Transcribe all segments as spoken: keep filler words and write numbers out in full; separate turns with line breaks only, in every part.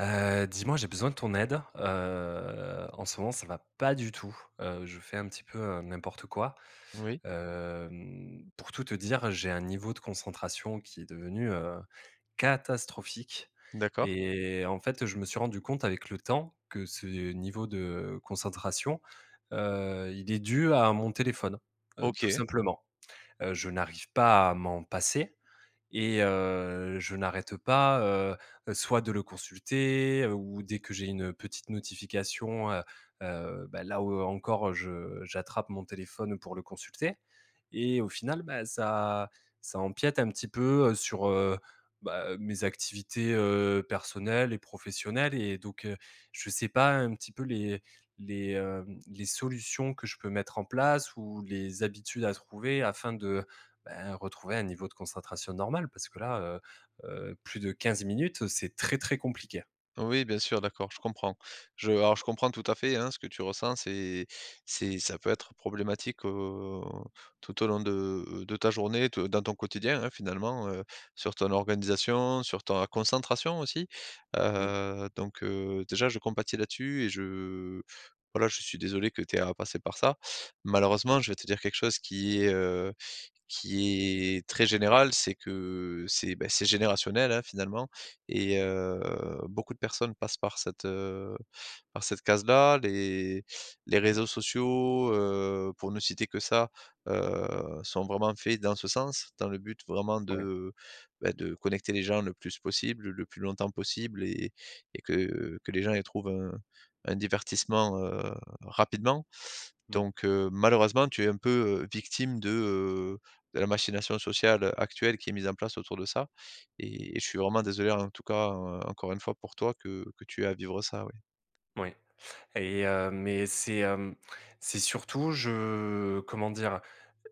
Heu, dis-moi, j'ai besoin de ton aide. Heu, en ce moment, ça va pas du tout. Heu, je fais un petit peu, heu, n'importe quoi.
Oui,
Hem, pour tout te dire, j'ai un niveau de concentration qui est devenu, heu, catastrophique,
d'accord.
et en fait, je me suis rendu compte avec le temps que ce niveau de concentration, heu, il est dû à mon téléphone, heu, tout
OK.
simplement. Heu, je n'arrive pas à m'en passer et heu, je n'arrête pas, heu soit de le consulter, heu, ou dès que j'ai une petite notification, heu heu, bah, là, où encore je j'attrape mon téléphone pour le consulter et au final, bah, ça ça empiète un petit peu, heu, sur, heu, bah, mes activités, heu, personnelles et professionnelles, et donc heu, je ne sais pas un petit peu les les, hem, les solutions que je peux mettre en place ou les habitudes à trouver afin de ben, retrouver un niveau de concentration normal, parce que là, heu heu, plus de quinze minutes, c'est très, très compliqué.
Oui, bien sûr, d'accord, je comprends. Je alors je comprends tout à fait, hein, ce que tu ressens, c'est c'est ça peut être problématique, heu, tout au long de de ta journée, te dans ton quotidien, hein, finalement, heu, sur ton organisation, sur ta concentration aussi.
Oui,
Heu, donc heu, déjà je compatis là-dessus et je voilà, je suis désolé que tu aies à passer par ça. Malheureusement, je vais te dire quelque chose qui est, heu, qui est très général, c'est que c'est, beh, c'est générationnel, hein, finalement. Et heu, beaucoup de personnes passent par cette, heu, par cette case-là. Les les réseaux sociaux, heu, pour ne citer que ça, heu, sont vraiment faits dans ce sens, dans le but vraiment
oui.
de, bah, de connecter les gens le plus possible, le plus longtemps possible et et que que les gens y trouvent un un divertissement, heu, rapidement.
Mmh,
Donc heu, malheureusement, tu es un peu, heu, victime de, heu, de la machination sociale actuelle qui est mise en place autour de ça et et je suis vraiment désolé en tout cas, heu, encore une fois pour toi que que tu aies à vivre ça, oui.
oui. Et heu, mais c'est, hem, c'est surtout, je comment dire?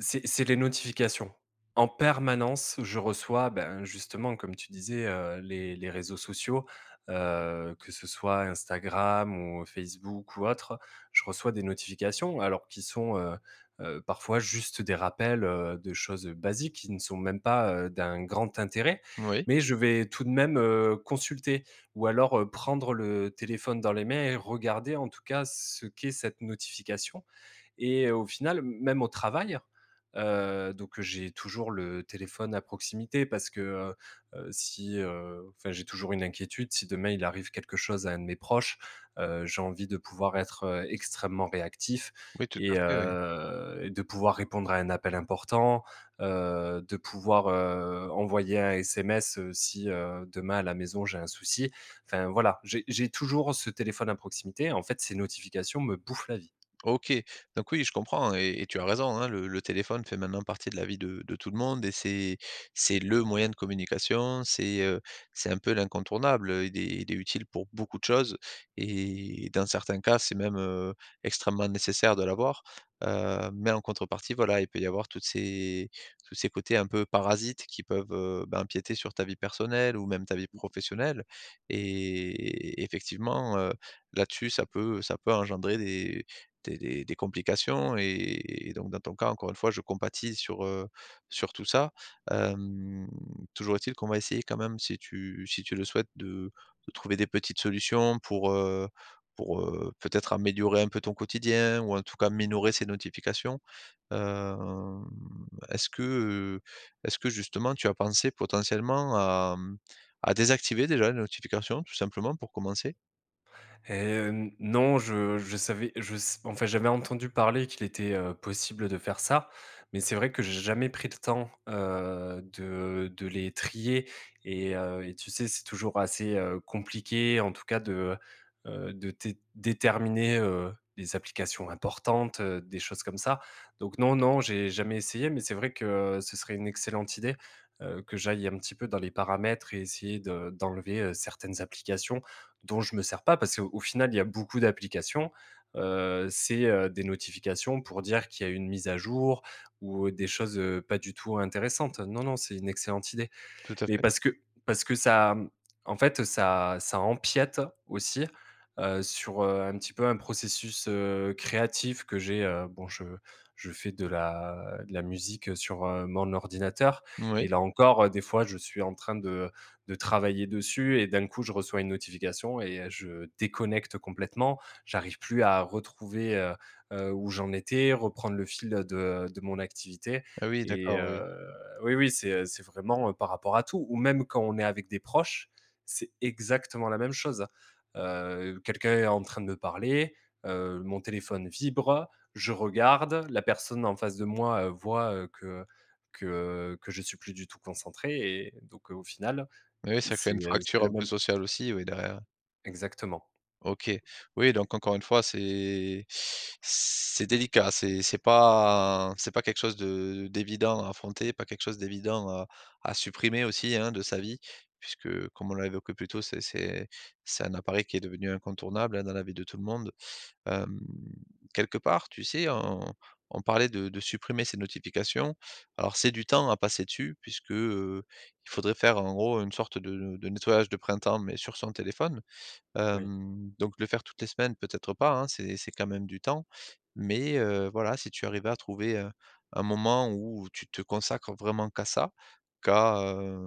C'est c'est les notifications. En permanence, je reçois, ben, justement, comme tu disais, heu, les les réseaux sociaux, heu, que ce soit Instagram ou Facebook ou autre, je reçois des notifications alors qui sont, heu heu, parfois juste des rappels, heu, de choses basiques qui ne sont même pas, heu, d'un grand intérêt.
Oui,
Mais je vais tout de même, heu, consulter, ou alors, heu, prendre le téléphone dans les mains et regarder en tout cas ce qu'est cette notification. Et au final, même au travail, heu, donc j'ai toujours le téléphone à proximité, parce que, heu heu, si, heu, enfin, j'ai toujours une inquiétude. Si demain il arrive quelque chose à un de mes proches, heu, j'ai envie de pouvoir être, heu, extrêmement réactif,
oui, tout à
et
fait, oui.
heu, et de pouvoir répondre à un appel important, heu, de pouvoir, heu, envoyer un S M S, heu, si, heu, demain à la maison j'ai un souci. Enfin voilà, j'ai j'ai toujours ce téléphone à proximité. En fait, ces notifications me bouffent la vie.
OK, donc oui, je comprends et et tu as raison, hein, le le téléphone fait maintenant partie de la vie de de tout le monde et c'est c'est le moyen de communication, c'est, heu, c'est un peu l'incontournable, heu, il est il est utile pour beaucoup de choses et dans certains cas, c'est même, heu, extrêmement nécessaire de l'avoir, heu, mais en contrepartie, voilà, il peut y avoir toutes ces tous ces côtés un peu parasites qui peuvent, heu, bah, empiéter sur ta vie personnelle ou même ta vie professionnelle et effectivement, heu, là-dessus, ça peut ça peut engendrer des des des des complications et et donc dans ton cas, encore une fois, je compatis sur, heu, sur tout ça. Hem, Toujours est-il qu'on va essayer quand même, si tu si tu le souhaites, de de trouver des petites solutions pour, heu, pour, heu, peut-être améliorer un peu ton quotidien ou en tout cas minorer ces notifications. Hem, est-ce que, heu, Est-ce que justement tu as pensé potentiellement à, mmh, à désactiver déjà les notifications tout simplement pour commencer?
Hem, non, je je savais je s enfin, j'avais entendu parler qu'il était, heu, possible de faire ça, mais c'est vrai que j'ai jamais pris le temps, heu, de de les trier, et heu et tu sais, c'est toujours assez, heu, compliqué, en tout cas, de, heu, de té déterminer, heu, les applications importantes, heu, des choses comme ça. Donc non, non, j'ai jamais essayé, mais c'est vrai que ce serait une excellente idée, heu, que j'aille un petit peu dans les paramètres et essayer de d'enlever, heu, certaines applications dont je me sers pas, parce qu'au au final, il y a beaucoup d'applications. Heu, c'est, heu, des notifications pour dire qu'il y a une mise à jour ou des choses, heu, pas du tout intéressantes. Non, non, c'est une excellente idée.
Tout à
Mais
fait.
parce que parce que ça, en fait, ça ça empiète aussi, heu, sur, heu, un petit peu un processus, heu, créatif, que j'ai, heu, bon, je je fais de la de la musique sur, heu, mon ordinateur,
Oui.
et là encore, heu, des fois je suis en train de de travailler dessus, et d'un coup je reçois une notification et je déconnecte complètement. J'arrive plus à retrouver, heu heu, où j'en étais, reprendre le fil de de mon activité.
Ah oui,
Et
d'accord, oui.
heu oui, oui, c'est, c'est vraiment, heu, par rapport à tout, ou même quand on est avec des proches, c'est exactement la même chose, hein. Heu, quelqu'un est en train de me parler, heu, mon téléphone vibre, je regarde, la personne en face de moi, heu, voit, heu, que que que je suis plus du tout concentré, et donc, heu, au final,
Oui, ça crée
c'est,
une
c'est
fracture
le
un peu
même,
sociale aussi, oui, derrière.
exactement,
OK. Oui, donc encore une fois, c'est c'est délicat, c'est c'est pas c'est pas quelque chose de d'évident à affronter, pas quelque chose d'évident à à supprimer aussi, hein, de sa vie, puisque comme on l'a évoqué plus tôt, c'est c'est c'est un appareil qui est devenu incontournable, hein, dans la vie de tout le monde. Hem, Quelque part, tu sais, on on parlait de de supprimer ces notifications. Alors c'est du temps à passer dessus puisque, heu, il faudrait faire en gros une sorte de de nettoyage de printemps mais sur son téléphone.
oui.
Hem, donc le faire toutes les semaines, peut-être pas, hein, c'est c'est quand même du temps. Mais heu, voilà, si tu arrives à trouver, heu, un moment où tu te consacres vraiment qu'à ça, qu'à, heu,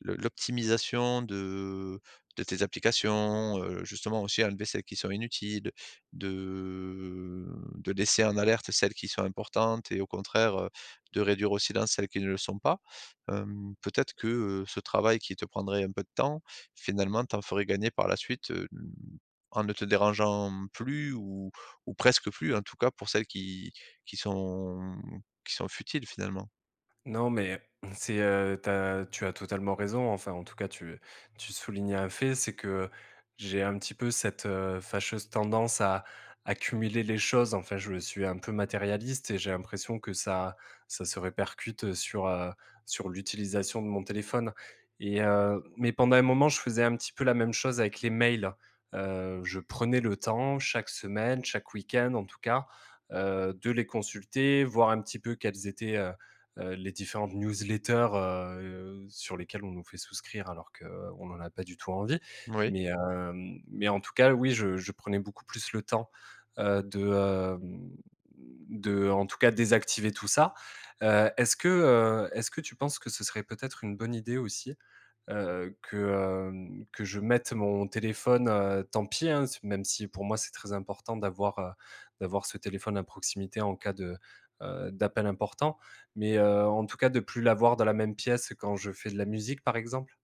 l'o l'optimisation de de tes applications, heu, justement aussi enlever celles qui sont inutiles, de de laisser en alerte celles qui sont importantes et au contraire, heu, de réduire au silence celles qui ne le sont pas. Hem, peut-être que, heu, ce travail qui te prendrait un peu de temps, finalement, t'en ferais gagner par la suite, heu, en ne te dérangeant plus ou ou presque plus, en tout cas pour celles qui qui sont qui sont futiles, finalement.
Non, mais c'est, heu, tu as tu as totalement raison. Enfin, en tout cas, tu tu soulignes un fait, c'est que j'ai un petit peu cette, heu, fâcheuse tendance à accumuler les choses. Enfin, je suis un peu matérialiste, et j'ai l'impression que ça ça se répercute sur, heu, sur l'utilisation de mon téléphone, et heu, mais pendant un moment, je faisais un petit peu la même chose avec les mails. Heu, je prenais le temps chaque semaine, chaque week-end en tout cas, heu, de les consulter, voir un petit peu quels étaient, heu, les différentes newsletters, heu, sur lesquelles on nous fait souscrire alors qu'on n'en a pas du tout envie.
Oui.
Mais, hem, mais en tout cas, oui, je je prenais beaucoup plus le temps, heu, de, hem, de en tout cas désactiver tout ça. Heu, est-ce que, heu, est-ce que tu penses que ce serait peut-être une bonne idée aussi, heu, que, hem, que je mette mon téléphone, heu, tant pis, hein, s même si pour moi c'est très important d'avoir, heu, d'avoir ce téléphone à proximité en cas de, heu, d'appel important? Mais, heu, en tout cas, de plus l'avoir dans la même pièce quand je fais de la musique, par exemple.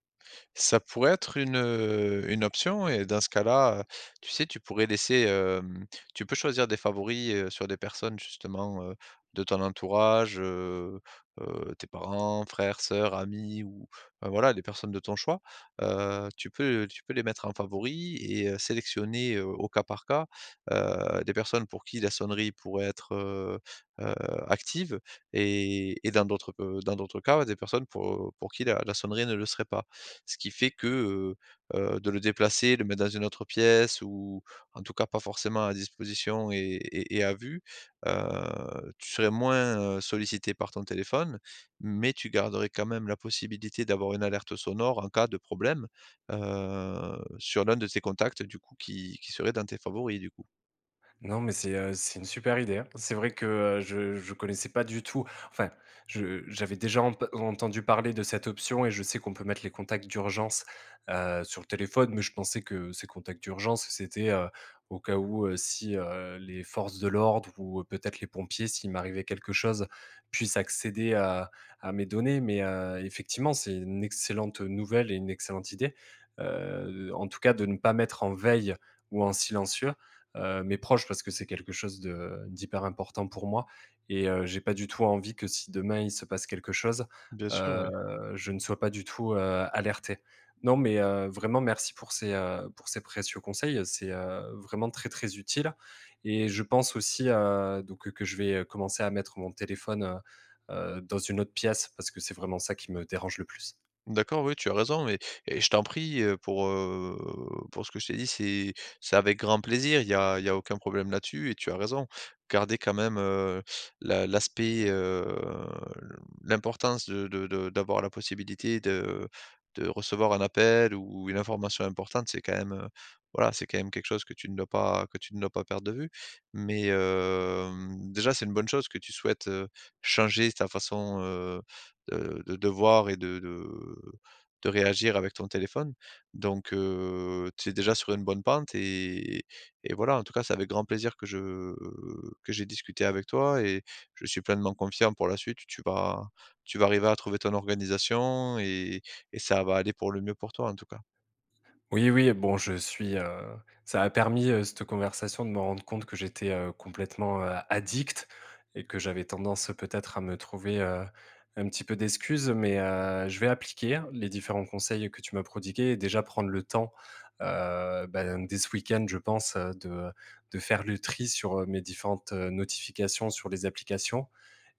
Ça pourrait être une, heu, une option et dans ce cas-là, heu, tu sais, tu pourrais laisser, hem, tu peux choisir des favoris, heu, sur des personnes justement, heu, de ton entourage, heu heu, tes parents, frères, sœurs, amis ou enfin voilà, les personnes de ton choix. Heu, tu peux tu peux les mettre en favoris et heu, sélectionner, heu, au cas par cas, heu, des personnes pour qui la sonnerie pourrait être, heu heu, active et et dans d'autres, heu, dans d'autres cas, des personnes pour, pour qui la la sonnerie ne le serait pas. Ce qui fait que, heu heu, de le déplacer, le mettre dans une autre pièce ou en tout cas pas forcément à disposition et et et à vue, heu, tu serais moins, heu, sollicité par ton téléphone, mais tu garderais quand même la possibilité d'avoir une alerte sonore en cas de problème, heu, sur l'un de tes contacts du coup qui qui serait dans tes favoris du coup.
Non, mais c'est, heu, c'est une super idée, hein. C'est vrai que, heu, je je connaissais pas du tout, enfin, je j'avais déjà emp entendu parler de cette option, et je sais qu'on peut mettre les contacts d'urgence, heu, sur le téléphone, mais je pensais que ces contacts d'urgence, c'était, heu, au cas où, heu, si, heu, les forces de l'ordre ou euh, peut-être les pompiers, s'il m'arrivait quelque chose, puissent accéder à à mes données. Mais, heu, effectivement, c'est une excellente nouvelle et une excellente idée, heu, en tout cas, de ne pas mettre en veille ou en silencieux heu, mes proches, parce que c'est quelque chose de d'hyper important pour moi, et heu, j'ai pas du tout envie que, si demain il se passe quelque chose,
Bien sûr, oui.
mmh, je ne sois pas du tout, heu, alerté. Non, mais heu, vraiment merci pour ces, heu, pour ces précieux conseils, c'est, heu, vraiment très, très utile, et je pense aussi, heu, donc, que je vais commencer à mettre mon téléphone, heu heu, dans une autre pièce, parce que c'est vraiment ça qui me dérange le plus.
D'accord, oui, tu as raison, mais et je t'en prie, heu, pour, heu, pour ce que je t'ai dit, c'est c'est avec grand plaisir, il y a il y a aucun problème là-dessus et tu as raison. Garder quand même, heu, la l'aspect, heu, l'importance de de de d'avoir la possibilité de de recevoir un appel ou une information importante, c'est quand même, heu, voilà, c'est quand même quelque chose que tu ne dois pas que tu ne dois pas perdre de vue. Mais, hem, déjà, c'est une bonne chose que tu souhaites, heu, changer ta façon, de de de voir et de de de réagir avec ton téléphone. Donc, heu, tu es déjà sur une bonne pente et et voilà, en tout cas, c'est avec grand plaisir que je que j'ai discuté avec toi et je suis pleinement confiant pour la suite. Tu vas tu vas arriver à trouver ton organisation et et ça va aller pour le mieux pour toi, en tout cas.
Oui, oui, bon, je suis, heu, ça a permis, heu, cette conversation, de me rendre compte que j'étais, heu, complètement, heu, addict, et que j'avais tendance, euh, peut-être, à me trouver, heu, un petit peu d'excuses, mais, heu, je vais appliquer les différents conseils que tu m'as prodigués, et déjà prendre le temps, heu, ben, dès ce week-end, je pense, heu, de de faire le tri sur, heu, mes différentes, heu, notifications sur les applications,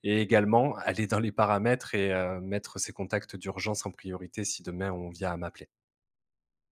et également aller dans les paramètres et heu, mettre ces contacts d'urgence en priorité si demain on vient à m'appeler.